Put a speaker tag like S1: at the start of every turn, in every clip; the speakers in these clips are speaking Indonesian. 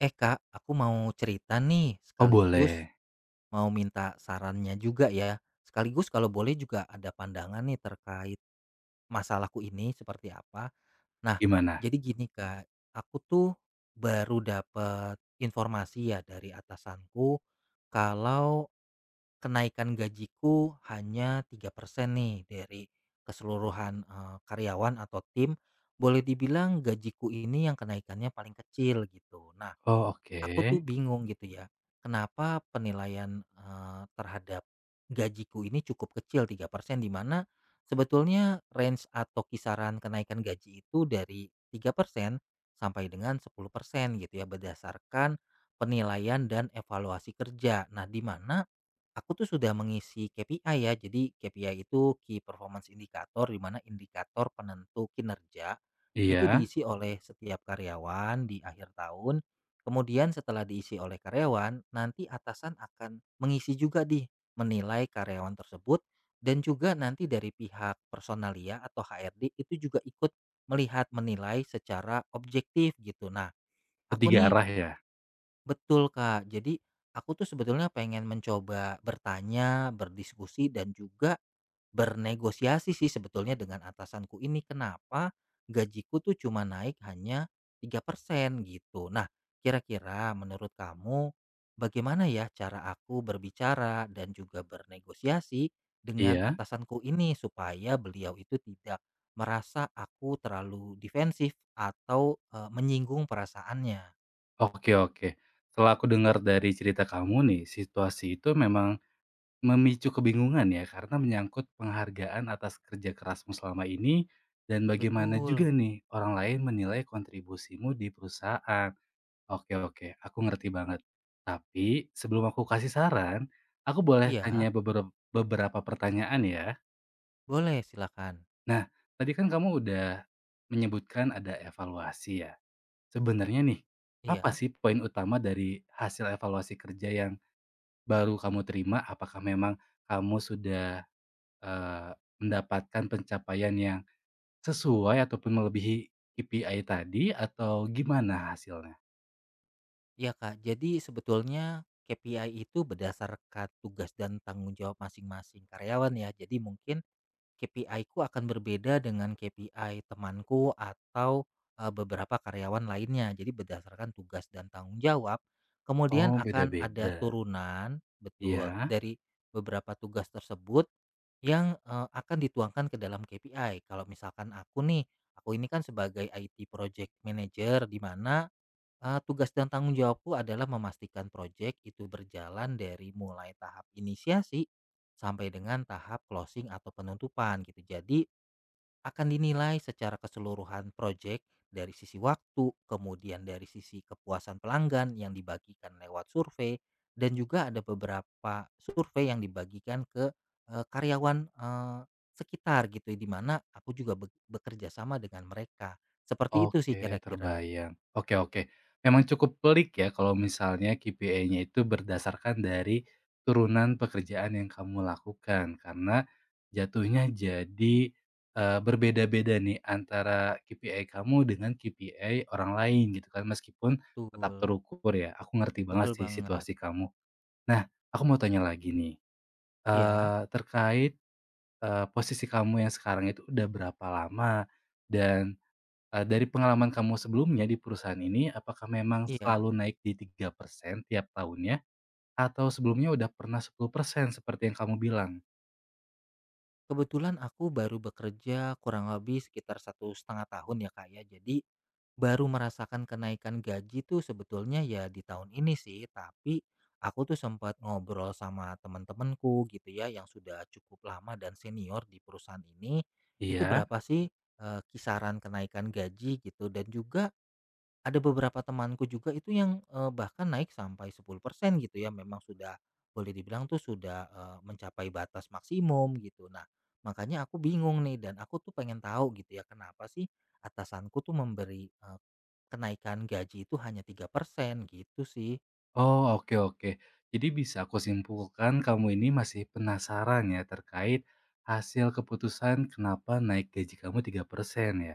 S1: Eh Kak, aku mau cerita nih
S2: Oh
S1: sekaligus
S2: boleh,
S1: mau minta sarannya juga ya. Sekaligus kalau boleh juga ada pandangan nih terkait masalahku ini seperti apa. Nah,
S2: gimana?
S1: jadi gini Kak, aku tuh baru dapat informasi ya dari atasanku kalau kenaikan gajiku hanya 3% nih dari keseluruhan karyawan atau tim. Boleh dibilang gajiku ini yang kenaikannya paling kecil gitu. Nah,
S2: Oh
S1: aku tuh
S2: oke,
S1: bingung gitu ya, kenapa penilaian, terhadap gajiku ini cukup kecil 3%, di mana sebetulnya range atau kisaran kenaikan gaji itu dari 3% sampai dengan 10% gitu ya, berdasarkan penilaian dan evaluasi kerja. Nah, di mana aku tuh sudah mengisi KPI ya, jadi KPI itu Key Performance Indicator, di mana indikator penentu kinerja, itu
S2: iya,
S1: diisi oleh setiap karyawan di akhir tahun. Kemudian setelah diisi oleh karyawan, nanti atasan akan mengisi juga di menilai karyawan tersebut, dan juga nanti dari pihak personalia atau HRD itu juga ikut melihat menilai secara objektif gitu. Nah, aku
S2: ketiga
S1: nih
S2: arah ya?
S1: betul Kak. Jadi aku tuh sebetulnya pengen mencoba bertanya, berdiskusi dan juga bernegosiasi sih sebetulnya dengan atasanku ini, kenapa gajiku tuh cuma naik hanya 3% gitu. Nah, kira-kira menurut kamu bagaimana ya cara aku berbicara dan juga bernegosiasi dengan
S2: Iya,
S1: atasanku ini supaya beliau itu tidak merasa aku terlalu defensif atau, menyinggung perasaannya?
S2: oke oke. Setelah aku dengar dari cerita kamu nih, situasi itu memang memicu kebingungan ya, karena menyangkut penghargaan atas kerja kerasmu selama ini, dan bagaimana
S1: Betul,
S2: juga nih orang lain menilai kontribusimu di perusahaan. Oke oke, aku ngerti banget. Tapi sebelum aku kasih saran, aku boleh
S1: iya,
S2: tanya beberapa beberapa pertanyaan ya?
S1: boleh silakan,
S2: Nah, tadi kan kamu udah menyebutkan ada evaluasi ya. Sebenarnya nih, apa
S1: iya.
S2: sih poin utama dari hasil evaluasi kerja yang baru kamu terima? Apakah memang kamu sudah, eee, mendapatkan pencapaian yang sesuai ataupun melebihi KPI tadi atau gimana hasilnya?
S1: Ya Kak, jadi sebetulnya KPI itu berdasarkan tugas dan tanggung jawab masing-masing karyawan ya. Jadi mungkin KPI ku akan berbeda dengan KPI temanku atau beberapa karyawan lainnya. Jadi berdasarkan tugas dan tanggung jawab, kemudian
S2: Oh,
S1: akan ada
S2: beda-beda,
S1: turunan, betul,
S2: iya.
S1: dari beberapa tugas tersebut yang akan dituangkan ke dalam KPI. Kalau misalkan aku nih, aku ini kan sebagai IT project manager, di mana tugas dan tanggung jawabku adalah memastikan proyek itu berjalan dari mulai tahap inisiasi sampai dengan tahap closing atau penutupan gitu. Jadi, akan dinilai secara keseluruhan proyek dari sisi waktu, kemudian dari sisi kepuasan pelanggan yang dibagikan lewat survei, dan juga ada beberapa survei yang dibagikan ke, karyawan, sekitar gitu, di mana aku juga bekerja sama dengan mereka. Seperti itu sih
S2: Oke,
S1: kira-kira.
S2: terbayang. Oke oke. Memang cukup pelik ya kalau misalnya KPI-nya itu berdasarkan dari turunan pekerjaan yang kamu lakukan, karena jatuhnya jadi, berbeda-beda nih antara KPI kamu dengan KPI orang lain gitu kan, meskipun tetap
S1: Betul.
S2: terukur ya. Aku ngerti banget
S1: Betul
S2: sih
S1: banget.
S2: situasi kamu. Nah, aku mau tanya lagi nih,
S1: Iya,
S2: terkait, posisi kamu yang sekarang itu udah berapa lama? Dan dari pengalaman kamu sebelumnya di perusahaan ini, apakah memang
S1: iya.
S2: selalu naik di 3% tiap tahunnya? Atau sebelumnya udah pernah 10% seperti yang kamu bilang?
S1: Kebetulan aku baru bekerja kurang lebih sekitar 1,5 tahun ya kak ya. Jadi baru merasakan kenaikan gaji tuh sebetulnya ya di tahun ini sih. Tapi aku tuh sempat ngobrol sama teman-temanku gitu ya yang sudah cukup lama dan senior di perusahaan ini. Itu
S2: Iya?
S1: berapa sih kisaran kenaikan gaji gitu, dan juga ada beberapa temanku juga itu yang, bahkan naik sampai 10% gitu ya, memang sudah boleh dibilang tuh sudah, mencapai batas maksimum gitu. Nah, makanya aku bingung nih dan aku tuh pengen tahu gitu ya, kenapa sih atasanku tuh memberi, kenaikan gaji itu hanya 3% gitu sih.
S2: Oh, oke oke. Jadi bisa aku simpulkan kamu ini masih penasaran ya terkait hasil keputusan kenapa naik gaji kamu 3% ya?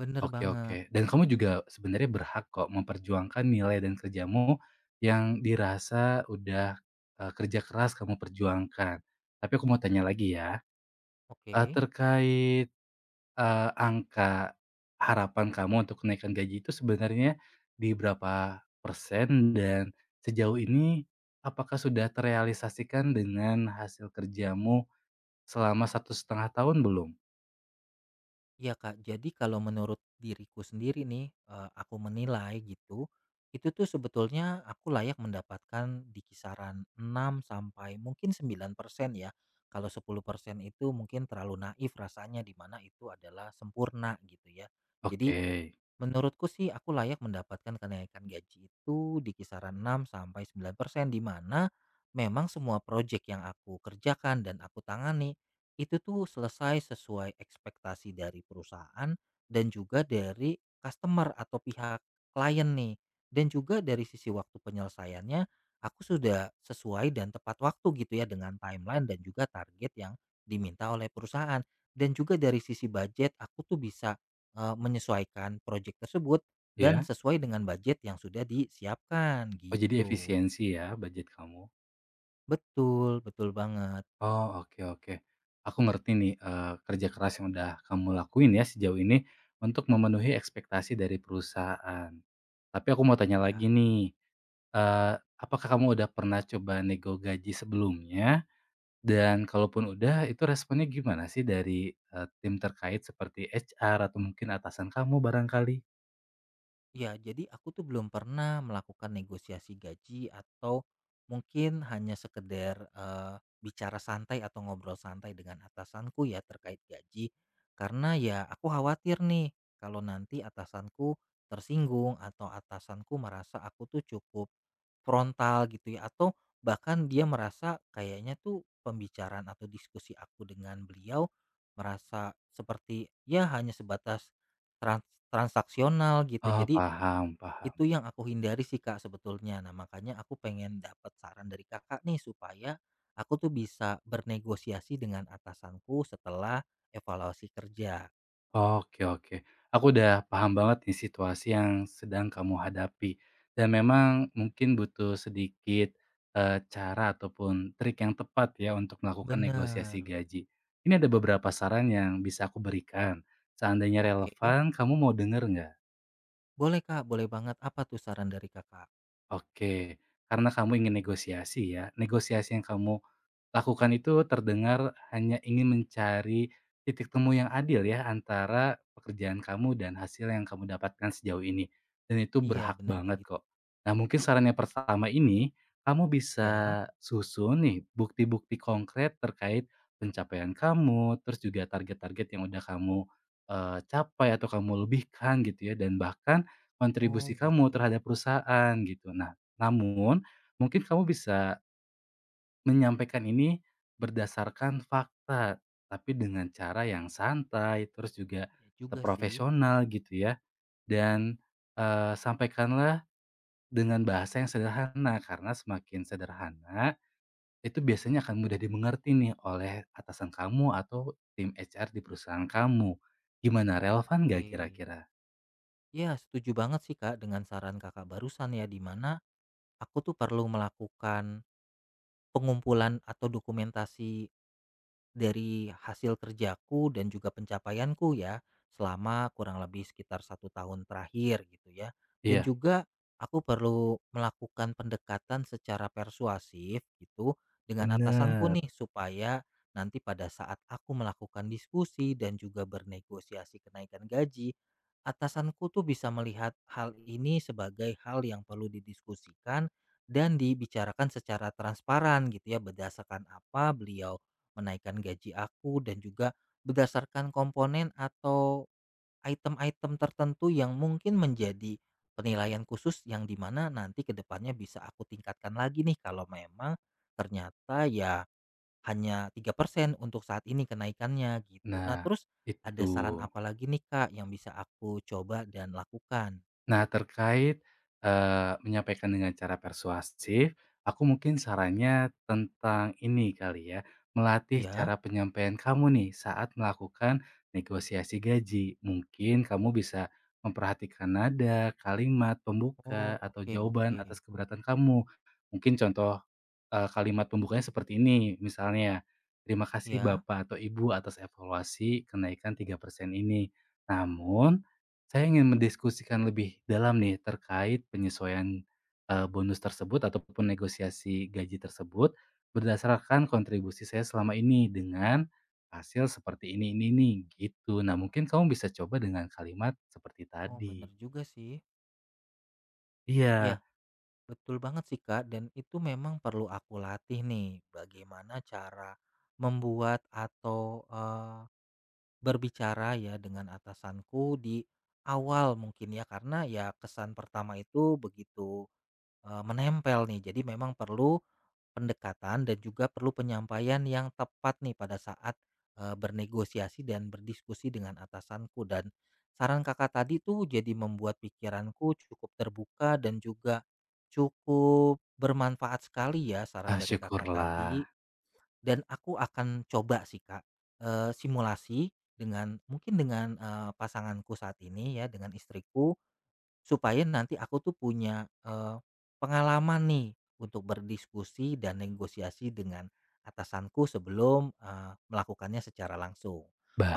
S1: Bener
S2: Oke oke.
S1: banget.
S2: Dan kamu juga sebenarnya berhak kok memperjuangkan nilai dan kerjamu yang dirasa udah, kerja keras kamu perjuangkan. Tapi aku mau tanya lagi ya.
S1: Oke.
S2: Terkait, angka harapan kamu untuk kenaikan gaji itu sebenarnya di berapa persen dan sejauh ini apakah sudah terrealisasikan dengan hasil kerjamu selama 1,5 tahun belum?
S1: Iya Kak, jadi kalau menurut diriku sendiri nih, aku menilai gitu, itu tuh sebetulnya aku layak mendapatkan di kisaran 6 sampai mungkin 9% ya. Kalau 10% itu mungkin terlalu naif rasanya, di mana itu adalah sempurna gitu ya. Jadi
S2: Oke,
S1: menurutku sih aku layak mendapatkan kenaikan gaji itu di kisaran 6 sampai 9%, di mana memang semua proyek yang aku kerjakan dan aku tangani itu tuh selesai sesuai ekspektasi dari perusahaan dan juga dari customer atau pihak klien nih. Dan juga dari sisi waktu penyelesaiannya aku sudah sesuai dan tepat waktu gitu ya dengan timeline dan juga target yang diminta oleh perusahaan. Dan juga dari sisi budget aku tuh bisa menyesuaikan proyek tersebut dan
S2: iya?
S1: sesuai dengan budget yang sudah disiapkan
S2: Oh jadi
S1: gitu.
S2: efisiensi ya budget kamu?
S1: Betul, betul banget.
S2: Oh oke oke. Aku ngerti nih, kerja keras yang udah kamu lakuin ya sejauh ini untuk memenuhi ekspektasi dari perusahaan. Tapi aku mau tanya lagi
S1: Ya,
S2: nih, eee, apakah kamu udah pernah coba nego gaji sebelumnya? Dan kalaupun udah, itu responnya gimana sih dari, tim terkait seperti HR atau mungkin atasan kamu barangkali?
S1: ya, jadi aku tuh belum pernah melakukan negosiasi gaji atau mungkin hanya sekedar, bicara santai atau ngobrol santai dengan atasanku ya terkait gaji. Karena ya aku khawatir nih kalau nanti atasanku tersinggung atau atasanku merasa aku tuh cukup frontal gitu ya, atau bahkan dia merasa kayaknya tuh pembicaraan atau diskusi aku dengan beliau merasa seperti ya hanya sebatas trans- transaksional gitu.
S2: Oh,
S1: Jadi
S2: paham paham.
S1: itu yang aku hindari sih Kak sebetulnya. Nah, makanya aku pengen dapat saran dari Kakak nih supaya aku tuh bisa bernegosiasi dengan atasanku setelah evaluasi kerja.
S2: Oke oke. Aku udah paham banget nih situasi yang sedang kamu hadapi. Dan memang mungkin butuh sedikit, cara ataupun trik yang tepat ya untuk melakukan
S1: Bener.
S2: negosiasi gaji. Ini ada beberapa saran yang bisa aku berikan. Seandainya
S1: Oke.
S2: relevan, kamu mau denger nggak?
S1: Boleh Kak, boleh banget. Apa tuh saran dari Kakak?
S2: Oke. Karena kamu ingin negosiasi ya. Negosiasi yang kamu lakukan itu terdengar hanya ingin mencari titik temu yang adil ya antara pekerjaan kamu dan hasil yang kamu dapatkan sejauh ini, dan itu
S1: Iya,
S2: berhak
S1: benar
S2: banget
S1: begitu.
S2: kok. Nah mungkin saran yang pertama ini, kamu bisa
S1: Ya.
S2: susun nih bukti-bukti konkret terkait pencapaian kamu, terus juga target-target yang udah kamu, capai atau kamu lebihkan gitu ya dan bahkan
S1: Oh
S2: kontribusi kamu
S1: gitu.
S2: terhadap perusahaan gitu. Nah namun mungkin kamu bisa menyampaikan ini berdasarkan fakta, tapi dengan cara yang santai, terus juga
S1: Ya
S2: tetap
S1: juga sih.
S2: profesional gitu ya. Dan, sampaikanlah dengan bahasa yang sederhana, karena semakin sederhana, itu biasanya akan mudah dimengerti nih oleh atasan kamu atau tim HR di perusahaan kamu. Gimana, relevan gak
S1: Oke.
S2: kira-kira?
S1: Ya, setuju banget sih Kak dengan saran Kakak barusan ya, di mana aku tuh perlu melakukan pengumpulan atau dokumentasi dari hasil kerjaku dan juga pencapaianku ya, selama kurang lebih sekitar 1 tahun terakhir gitu ya. Dan
S2: Iya,
S1: juga aku perlu melakukan pendekatan secara persuasif gitu dengan atasanku
S2: bener.
S1: nih, supaya nanti pada saat aku melakukan diskusi dan juga bernegosiasi kenaikan gaji, atasanku tuh bisa melihat hal ini sebagai hal yang perlu didiskusikan dan dibicarakan secara transparan gitu ya, berdasarkan apa beliau menaikkan gaji aku, dan juga berdasarkan komponen atau item-item tertentu yang mungkin menjadi penilaian khusus yang dimana nanti kedepannya bisa aku tingkatkan lagi nih kalau memang ternyata ya hanya 3% untuk saat ini kenaikannya gitu. Nah,
S2: Nah,
S1: terus ada
S2: itu.
S1: saran apa lagi nih Kak yang bisa aku coba dan lakukan?
S2: Nah, terkait, menyampaikan dengan cara persuasif, aku mungkin sarannya tentang ini kali ya, melatih
S1: Ya.
S2: cara penyampaian kamu nih saat melakukan negosiasi gaji. Mungkin kamu bisa memperhatikan nada, kalimat
S1: Oh,
S2: pembuka, atau
S1: oke,
S2: jawaban
S1: oke.
S2: atas keberatan kamu. Mungkin contoh, kalimat pembukanya seperti ini, misalnya, "Terima kasih
S1: Ya.
S2: Bapak atau Ibu atas evaluasi kenaikan 3% ini. Namun, saya ingin mendiskusikan lebih dalam nih terkait penyesuaian, bonus tersebut ataupun negosiasi gaji tersebut berdasarkan kontribusi saya selama ini dengan hasil seperti ini nih, gitu. Nah, mungkin kamu bisa coba dengan kalimat seperti
S1: Oh,
S2: tadi.
S1: bener juga sih. Ya.
S2: Iya,
S1: Betul banget sih Kak, dan itu memang perlu aku latih nih, bagaimana cara membuat atau berbicara ya dengan atasanku di awal mungkin ya, karena ya kesan pertama itu begitu menempel nih, jadi memang perlu pendekatan dan juga perlu penyampaian yang tepat nih pada saat, bernegosiasi dan berdiskusi dengan atasanku, dan saran Kakak tadi tuh jadi membuat pikiranku cukup terbuka dan juga cukup bermanfaat sekali ya saran
S2: ah,
S1: dari Kakak
S2: syukurlah.
S1: tadi, dan aku akan coba sih Kak, simulasi dengan mungkin dengan, pasanganku saat ini ya, dengan istriku, supaya nanti aku tuh punya, pengalaman nih untuk berdiskusi dan negosiasi dengan atasanku sebelum, melakukannya secara langsung.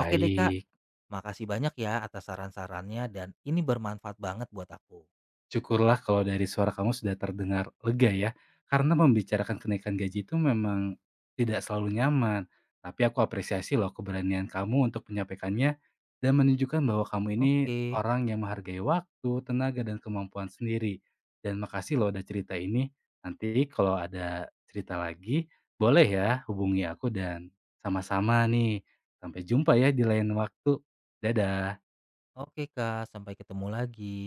S1: Oke deh, Kak, makasih banyak ya atas saran-sarannya dan ini bermanfaat banget buat aku.
S2: Syukurlah kalau dari suara kamu sudah terdengar lega ya, karena membicarakan kenaikan gaji itu memang tidak selalu nyaman. Tapi aku apresiasi loh keberanian kamu untuk menyampaikannya dan menunjukkan bahwa kamu ini
S1: Oke,
S2: orang yang menghargai waktu, tenaga, dan kemampuan sendiri. Dan makasih loh udah cerita ini. Nanti kalau ada cerita lagi, boleh ya hubungi aku dan sama-sama nih. Sampai jumpa ya di lain waktu. Dadah.
S1: oke, Kak, sampai ketemu lagi.